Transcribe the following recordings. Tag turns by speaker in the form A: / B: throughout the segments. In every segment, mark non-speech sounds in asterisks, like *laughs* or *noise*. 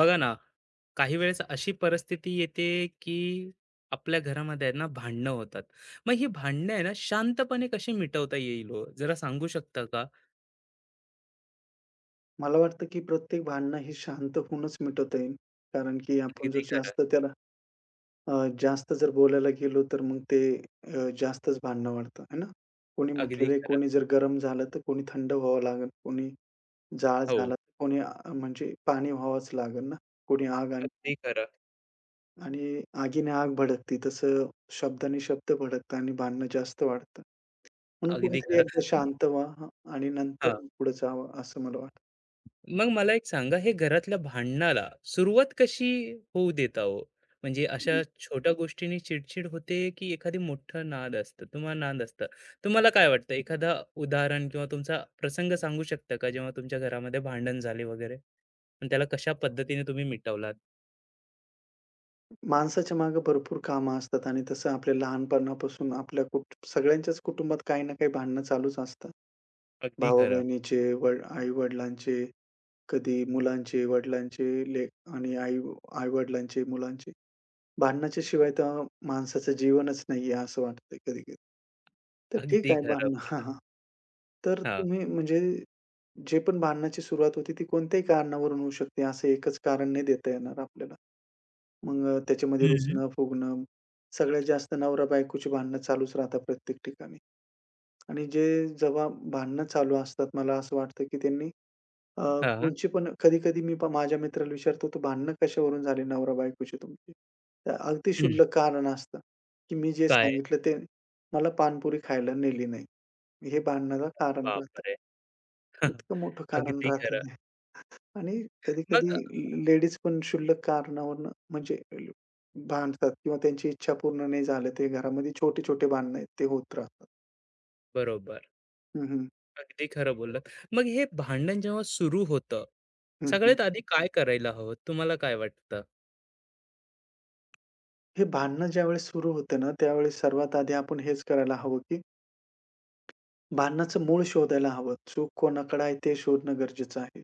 A: बघा ना, काही वेळेस अशी परिस्थिती येते की आपल्या घरामध्ये आहे ना, भांडणं होतात. मग ही भांडणं आहे ना, शांतपणे कशी मिटवता येईल हो? जरा सांगू शकता का?
B: मला वाटतं, की प्रत्येक भांडणं हे शांत होऊनच मिटवता येईल. कारण की आपण जर
A: अगदी खरं.
B: जास्त त्याला अ, जास्त जर बोलायला गेलो, तर मग ते जास्तच भांडणं वाढतं, आहे ना? कोणी
A: अगदी
B: म्हटलेलं आहे,
A: खरं.
B: कोणी जर गरम झालं, तर कोणी थंड व्हावं लागेल, कोणी जाळ
A: हो.
B: झाला, तर कोणी म्हणजे पाणी व्हावंच लागेल ना. कोणी आग आणि
A: अगदी खरं.
B: आणि आगीने आग भडकती, तसं शब्दाने शब्द भडकतात आणि भांडणं जास्त वाढतात. म्हणून
A: अगदी
B: कोणीतरी
A: खरं.
B: एकदा शांत व्हा आणि
A: हा,
B: नंतर पुढे जावं, असं मला वाटतं.
A: मग मला एक सांगा, हे घरातल्या भांडणाला सुरुवात कशी होऊ देता हो? म्हणजे अशा छोट्या गोष्टींनी चिडचिड होते, की एखादी मोठं नाद असतं तुम्हाला नाद असतं. तुम्हाला काय वाटतं, एखादा उदाहरण किंवा तुमचा प्रसंग सांगू शकता का, जेव्हा तुमच्या घरामध्ये भांडण झाले वगैरे? आणि त्याला कशा पद्धतीने तुम्ही मिटवलात?
B: माणसाच्या मागे भरपूर कामं असतात आणि तसं आपल्या लहानपणापासून आपल्या सगळ्यांच्याच कुटुंबात काही ना काही भांडणं चालूच असतात.
A: अगदी खरं.
B: भावा-बहिणीचे, आई-वडिलांचे, कधी मुलांचे, वडिलांचे ले आणि आई-वडिलांचे, मुलांचे. भांडणाच्या शिवाय तर माणसाचं जीवनच नाहीये असं वाटतंय कधी-कधी. तर ठीक
A: अगदी
B: आहे
A: खरं
B: भांडणं हां,
A: बोललात.
B: हां. तर
A: हां.
B: तुम्ही म्हणजे जे पण भांडणाची सुरुवात होती ती कोणत्याही कारणावरून होऊ शकते, असं एकच कारण नाही देता येणार आपल्याला. मग त्याच्यामध्ये
A: हं.
B: रुसणं, फुगणं, सगळ्यात जास्त नवरा-बायकोची भांडणं चालूच राहतात प्रत्येक ठिकाणी. आणि जेव्हा भांडणं चालू असतात, मला असं वाटतं की त्यांनी अ,
A: हां.
B: कोणची पण कधी-कधी मी माझ्या मित्राला विचारतो, "तर भांडणं कशावरून झाली नवरा-बायकोची तुमची?" तर अगदी
A: हं.
B: क्षुल्लक कारण असतं, की मी जे
A: काय?
B: सांगितलं ते मला पानपुरी खायला नेली नाही. हे भांडणाला कारण राहतं.
A: बापरे! *laughs*
B: इतकं मोठं कारण
A: अगदी
B: राहत
A: खरं.
B: नाही. आणि
A: मग
B: कधी-कधी लेडीज पण क्षुल्लक कारणावरून म्हणजे भांडतात किंवा त्यांची इच्छा पूर्ण नाही झाली ते घरामध्ये छोटे-छोटे भांडणं आहेत ते होत राहतात.
A: बरोबर.
B: हं, हं.
A: अगदी खरं बोललात. मग हे भांडण जेव्हा सुरू होतं,
B: हं, हं.
A: सगळ्यात आधी काय करायला हवं? तुम्हाला काय वाटतं?
B: हे भांडणं ज्यावेळेस सुरू होते ना, त्यावेळेस सर्वात आधी आपण हेच करायला हवं, की भांडणाचं मूळ शोधायला हवं. चूक कोणाकडे आहे ते शोधणं गरजेचं आहे.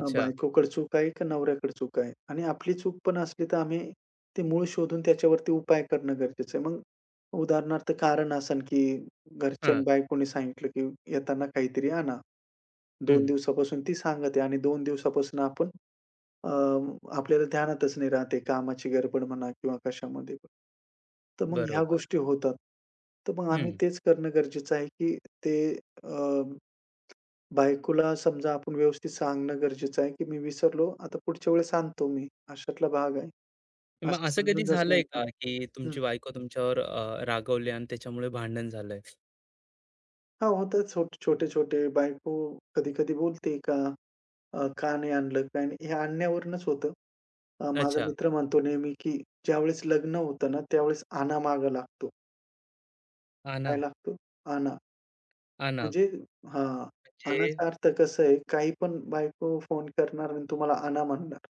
B: बायकोकडे चूक आहे का नवऱ्याकडे चूक आहे? आणि आपली चूक पण असली तर आम्ही ते मूळ शोधून त्याच्यावरती उपाय करणं गरजेचं आहे. मग उदाहरणार्थ कारण असेल की घरच्या
A: हां.
B: बायकोने सांगितलं की येताना काहीतरी आणा. 2
A: हं.
B: दिवसापासून ती सांगत आहे आणि 2 दिवसापासून आपण अ, आपल्याला ध्यानातच नाही राहत कामाची गडबड म्हणा किंवा कशामध्ये पण. तर मग ह्या
A: बरोबर.
B: गोष्टी होतात. तर मग आम्ही
A: हं.
B: तेच करणं गरजेचं आहे की ते बायकोला समजा आपण व्यवस्थित सांगणं गरजेचं आहे, की मी विसरलो, आता पुढच्या वेळेस आणतो मी, अशातला भाग आहे.
A: मग
B: असं
A: असं कधी
B: समजून जर
A: झालंय
B: सांगितलं
A: का, की
B: हं.
A: तुमची बायको तुमच्यावर रागावली आणि त्याच्यामुळे भांडण झालंय?
B: हां, होतात छोटे-छोटे बायको कधी-कधी बोलते का का नाही आणलं, काय नाही? हे आणण्यावरूनच होतं. माझा
A: अच्छा.
B: मित्र म्हणतो नेहमी, की ज्यावेळेस लग्न होतं ना, त्यावेळेस आणा मागं लागतो.
A: आणा,
B: काय लागतो? आणा.
A: आणा.
B: म्हणजे हां,
A: म्हणजे
B: आणाचा अर्थ कसं आहे, काही पण बायको फोन करणार आणि तुम्हाला आणा म्हणणार.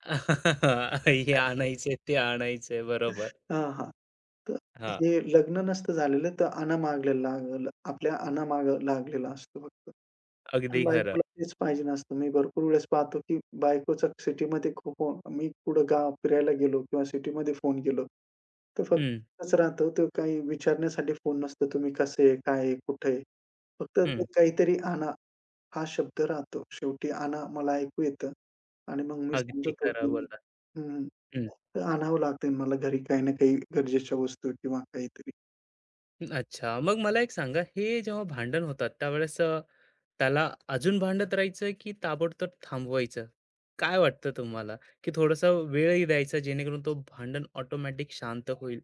A: *laughs* हे आणायचंय, ते आणायचंय. बरोबर.
B: हां, हां. तर
A: हां.
B: हे लग्न नसतं झालेलं, तर अनामागलेला लागलं आपल्या अनामागं लागलेला असतो फक्त. आणि
A: अगदी खरं.
B: बायकोला तेच पाहिजे नसतं. मी भरपूर वेळेस पाहतो, की बायकोचा सिटीमध्ये खूप हो, मी कुठं गाव फिरायला गेलो किंवा सिटीमध्ये फोन केलो, तर फक्त
A: हं,
B: एकच राहतो. तो काही विचारण्यासाठी फोन नसतो, तुम्ही कसे आहे? काय आहे? कुठे आहे? फक्त
A: हं.
B: ते काहीतरी हा शब्द राहतो. शेवटी "आणा" मला ऐकू येतं आणि मग मी
A: अगदी
B: समजतो,
A: खरं
B: की
A: बोललात.
B: हं,
A: हं.
B: तर आणावं लागतं मला घरी काही ना काही गरजेच्या वस्तू किंवा काहीतरी.
A: अच्छा. मग मला एक सांगा, हे जेव्हा भांडण होतात त्यावेळेस त्याला अजून भांडत राहायचं की ताबडतोब थांबवायचं? काय वाटतं तुम्हाला? की थोडासा वेळही द्यायचा जेणेकरून तो भांडण ऑटोमॅटिक शांत होईल.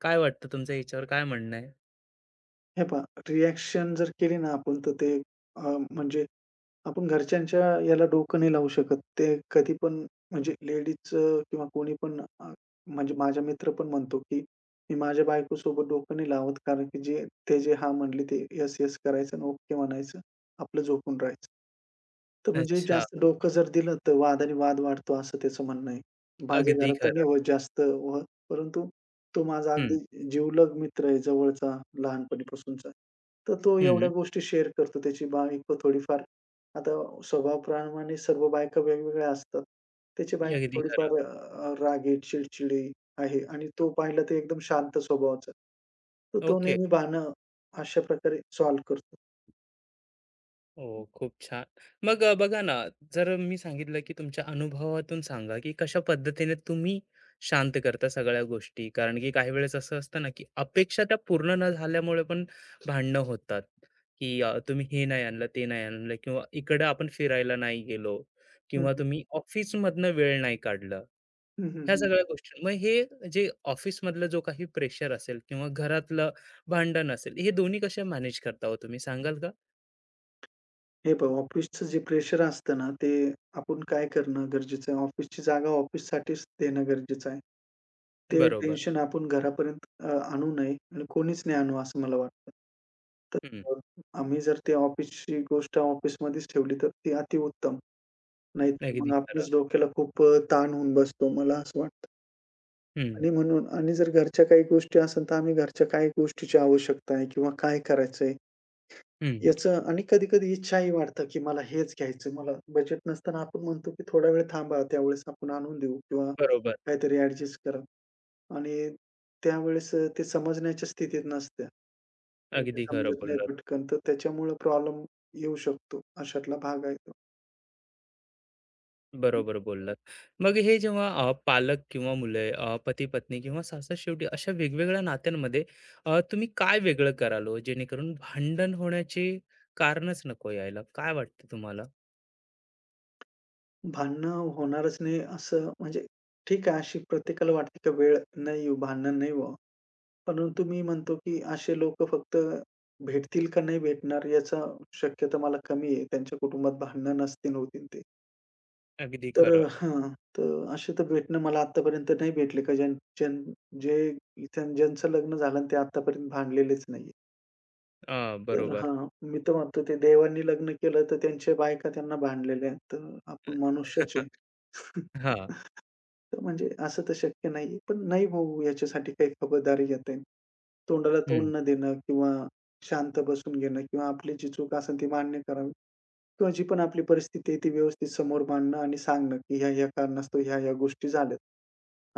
A: काय वाटतं, तुमचं याच्यावर काय म्हणणं आहे?
B: हे पहा रिएक्शन जर केली ना आपण तर ते म्हणजे आपण घरच्यांच्या याला डोकं नाही लावू शकत. ते कधी पण म्हणजे लेडीजचं किंवा कोणी पण म्हणजे माझा मित्र पण म्हणतो, की "मी माझ्या बायकोसोबत डोकं नाही लावत कारण की जे ते जे हां म्हणले ते येस-येस करायचं आणि ओके म्हणायचं. आपलं झोपून राहायचं." तर म्हणजे
A: अच्छा.
B: जास्त डोकं जर दिलं तर वाद आणि वाद वाढतो असं त्याचं म्हणणं आहे. माझ्या
A: अगदी
B: घरात तर नाही
A: खरं.
B: होत जास्त होत, परंतु तो माझा
A: हं,
B: अगदी जिवलग मित्र आहे, जवळचा, लहानपणीपासूनचा. तर तो एवढ्या
A: हं.
B: गोष्टी शेअर करतो. त्याची बायको थोडीफार आता स्वभावाप्रमाणे सर्व बायका वेगवेगळ्या असतात. त्याची बायको
A: अगदी खरं.
B: थोडीफार रागीट, चिडचिडी आहे आणि तो पाहिला तर एकदम शांत स्वभावाचा. तर तो
A: ओके.
B: नेहमी भांडणं अशा प्रकारे सॉल्व्ह करतो.
A: हो, खूप छान. मग बघा ना, जर मी सांगितलं की तुमच्या अनुभवातून सांगा, की कशा पद्धतीने तुम्ही शांत करता सगळ्या गोष्टी? कारण की काही वेळेस असं असतं ना, की अपेक्षा त्या पूर्ण न झाल्यामुळे पण भांडणं होतात, की तुम्ही हे नाही आणलं, ते नाही आणलं किंवा इकडं आपण फिरायला नाही गेलो
B: हं,
A: किंवा
B: हं.
A: तुम्ही ऑफिसमधनं वेळ नाही काढलं.
B: हं, हं,
A: ह्या
B: हं.
A: सगळ्या गोष्टी. मग हे जे ऑफिसमधला जो काही प्रेशर असेल किंवा घरातलं भांडण असेल, हे दोन्ही कसे मॅनेज करता हो? तुम्ही सांगाल का?
B: हे पहा ऑफिसचं जे प्रेशर असतं ना, ते आपण काय करणं गरजेचं आहे, ऑफिसची जागा ऑफिससाठीच देणं गरजेचं आहे. ते
A: बरोबर.
B: टेन्शन आपण घरापर्यंत आणू नये आणि कोणीच नाही आणू असं मला वाटतं.
A: हं,
B: तर आम्ही जर ते ऑफिसची गोष्ट ऑफिसमध्येच ठेवली तर ती अतिउत्तम. नाहीतर
A: अगदी
B: मग
A: खरं.
B: आपल्याच डोक्याला खूप ताण होऊन बसतो मला असं वाटतं.
A: हं,
B: आणि म्हणून जर घरच्या काही गोष्टी असेल तर आम्ही घरच्या काही गोष्टीची आवश्यकता आहे किंवा काय करायचंय
A: हं.
B: याचं आणि कधी-कधी इच्छाही वाटतं, की मला हेच घ्यायचं. मला बजेट नसताना आपण म्हणतो, की थोडा वेळ थांबा, त्यावेळेस आपण आणून देऊ किंवा
A: बरोबर.
B: काहीतरी ॲडजस्ट करा. आणि त्यावेळेस ते समजण्याच्या स्थितीत नसते. ते
A: अगदी खरं
B: समजत नाही
A: बोललात.
B: पटकन, तर त्याच्यामुळं प्रॉब्लेम येऊ शकतो. अशातला भाग आहे तो.
A: बरोबर बोललात. मग हे जेव्हा पालक किंवा मुले, पती-पत्नी किंवा सासर-शेवटी अशा वेगवेगळ्या नात्यांमध्ये तुम्ही काय वेगळं कराल हो? जेणेकरून भांडण होण्याचे कारणच नको यायला. काय वाटतं तुम्हाला?
B: भांडणं होणारच नाही असं म्हणजे ठीक आहे, अशी प्रत्येकाला वाटते, की वेळ नाही येऊ, भांडण नाही व्हावं. पण तुम्ही म्हणतो, की असे लोकं फक्त भेटतील का नाही भेटणार याचा शक्यता मला कमी आहे. त्यांच्या कुटुंबात भांडणं नसतील होतील ते.
A: अगदी
B: तर
A: खरं.
B: हां, तर असे तर भेटणं मला आत्तापर्यंत नाही भेटले का ज्यां ज्यां जे इथे ज्यांचं लग्न झालं आणि ते आत्तापर्यंत भांडलेलेच नाहीये. तर
A: बरोबर.
B: हां, मी तर म्हणतो ते देवांनी लग्न केलं तर त्यांच्या बायका त्यांना भांडलेल्या आहेत. तर आपण मनुष्यच
A: *laughs*
B: आहे.
A: हां.
B: तर म्हणजे असं तर शक्य नाहीये. पण नाही भाऊ याच्यासाठी काही खबरदारी घेता येईल. तोंडाला
A: हं,
B: तोंड न देणं किंवा शांत बसून घेणं किंवा आपली जी चूक असेल ती मान्य करावी किंवा जी पण आपली परिस्थिती आहे ती व्यवस्थित समोर मांडणं आणि सांगणं, की ह्या-ह्या कारणास्तव ह्या-ह्या गोष्टी झाल्यात.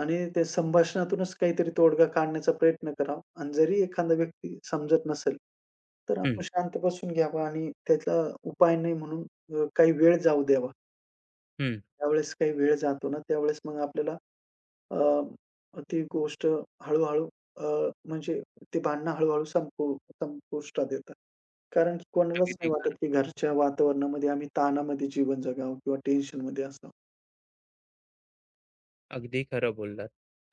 B: आणि त्या संभाषणातूनच काहीतरी तोडगा काढण्याचा प्रयत्न करावा आणि जरी एखादा व्यक्ती समजत नसेल, तर
A: हं,
B: आपण शांत बसून घ्यावं आणि त्याचा उपाय नाही म्हणून काही वेळ जाऊ द्यावा.
A: हं.
B: ज्यावेळेस काही वेळ जातो ना, त्यावेळेस मग आपल्याला अ, ती गोष्ट हळू-हळू म्हणजे ते भांडणं हळू-हळू संपुष्टात येतात. कारण की कोणालाच
A: अगदी
B: नाही वाटत, की घरच्या वातावरणामध्ये आम्ही ताणामध्ये जीवन जगावं किंवा टेन्शनमध्ये असावं.
A: अगदी खरं बोललात.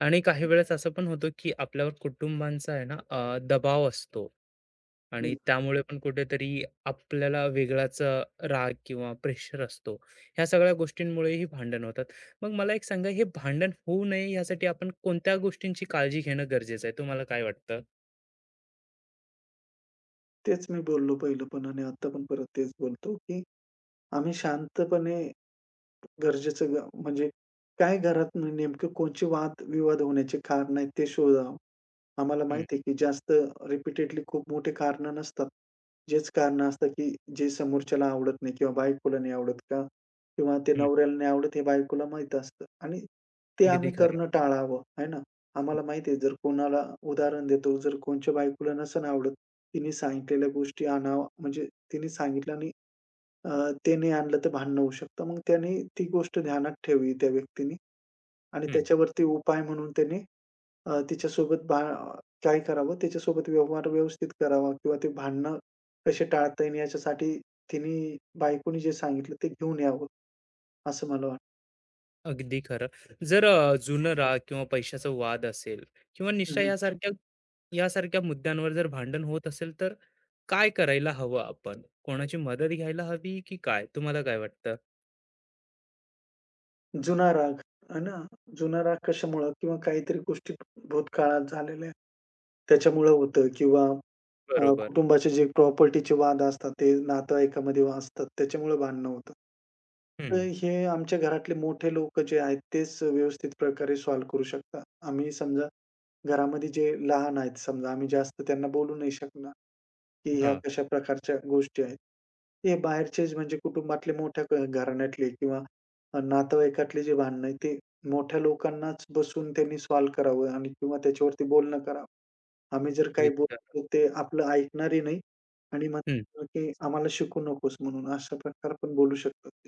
A: आणि काही वेळेस असं पण होतं, की आपल्यावर कुटुंबांचा आहे ना, दबाव असतो आणि
B: हं.
A: त्यामुळे पण कुठेतरी आपल्याला वेगळाच राग किंवा प्रेशर असतो. ह्या सगळ्या गोष्टींमुळेही भांडण होतात. मग मला एक सांगा, हे भांडण होऊ नये यासाठी आपण कोणत्या गोष्टींची काळजी घेणं गरजेचं आहे? तुम्हाला काय वाटतं?
B: तेच मी बोललो पहिलं पण आणि आता पण परत तेच बोलतो, की आम्ही शांतपणे गरजेचं म्हणजे काय घरात नेमकं कोणचे वाद-विवाद होण्याचे कारण आहेत ते शोधावं. आम्हाला
A: हं,
B: माहिती आहे, की जास्त रिपीटेडली खूप मोठी कारणं नसतात. जेच कारणं असतात, की जे समोरच्याला आवडत नाही किंवा बायकोला नाही आवडत का किंवा ते
A: हं.
B: नवऱ्याला नाही आवडत हे बायकोला माहीत असतं आणि ते
A: अगदी
B: आम्ही करणं
A: खरं.
B: टाळावं, आहे ना.
A: हं,
B: आम्हाला माहिती आहे, जर कोणाला उदाहरण देतो, जर कोणच्या बायकोला नसेल आवडत, तिने सांगितलेल्या गोष्टी आणावा म्हणजे तिने सांगितलं आणि अ, ते नाही आणलं तर भांडणं होऊ शकतं. मग त्याने ती गोष्ट ध्यानात ठेवली त्या व्यक्तीने आणि त्याच्यावरती उपाय म्हणून त्यांनी तिच्यासोबत काय करावं, त्याच्यासोबत व्यवहार व्यवस्थित करावा किंवा ते भांडणं कसे टाळता येईल याच्यासाठी तिने बायकोनी जे सांगितलं ते घेऊन यावं, असं मला वाटतं.
A: अगदी खरं. जर जुनं राग किंवा पैशाचा वाद असेल किंवा
B: हं,
A: निष्ठा
B: हं.
A: यासारख्या यासारख्या मुद्द्यांवर जर भांडण होत असेल तर? काय करायला हवं आपण? कोणाची मदत घ्यायला हवी की काय? तुम्हाला काय वाटतं?
B: जुना राग आहे ना, जुना राग कशामुळं किंवा काहीतरी गोष्टी भूतकाळात झालेल्या त्याच्यामुळं होतं किंवा
A: बरोबर.
B: कुटुंबाचे जे प्रॉपर्टीचे वाद असतात, ते नातेवाईकामध्ये असतात, त्याच्यामुळे भांडणं होतात.
A: हं.
B: तर हे आमच्या घरातले मोठे लोक जे आहेत तेच व्यवस्थित प्रकारे सॉल्व्ह करू शकतात. आम्ही समजा घरामध्ये जे लहान आहेत, समजा आम्ही जास्त त्यांना बोलू नाही शकणार, की ह्या
A: हां.
B: कशा प्रकारच्या गोष्टी आहेत. हे बाहेरचेच म्हणजे कुटुंबातले मोठ्या घराण्यातले किंवा नातेवाईकातले जे भांडणं आहे ते मोठ्या लोकांनाच बसून त्यांनी सॉल्व्ह करावं आणि किंवा त्याच्यावरती बोलणं करावं. आम्ही जर काही बोललो ते आपलं ऐकणारही नाही आणि
A: हं.
B: म्हणतात, की "आम्हाला शिकू नकोस" म्हणून अशा प्रकार पण बोलू शकतात ते.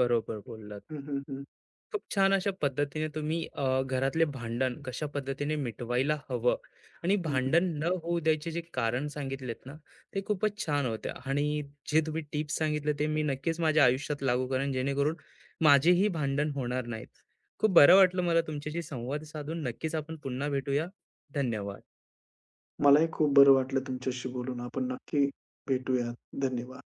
A: बरोबर बोललात.
B: हं, हं, हं.
A: खूप छान. अशा पद्धतीने तुम्ही घरातले भांडण कशा पद्धतीने मिटवायला हवं आणि भांडण न होऊ द्यायचे जे कारण सांगितलेत ना, ते खूपच छान होत्या आणि जे तुम्ही टिप्स सांगितले ते मी नक्कीच माझ्या आयुष्यात लागू करेन जेणेकरून माझेही भांडण होणार नाहीत. खूप बरं वाटलं मला तुमच्याशी संवाद साधून. नक्कीच आपण पुन्हा भेटूया. धन्यवाद.
B: मलाही खूप बरं वाटलं तुमच्याशी बोलून. आपण नक्की भेटूयात. धन्यवाद.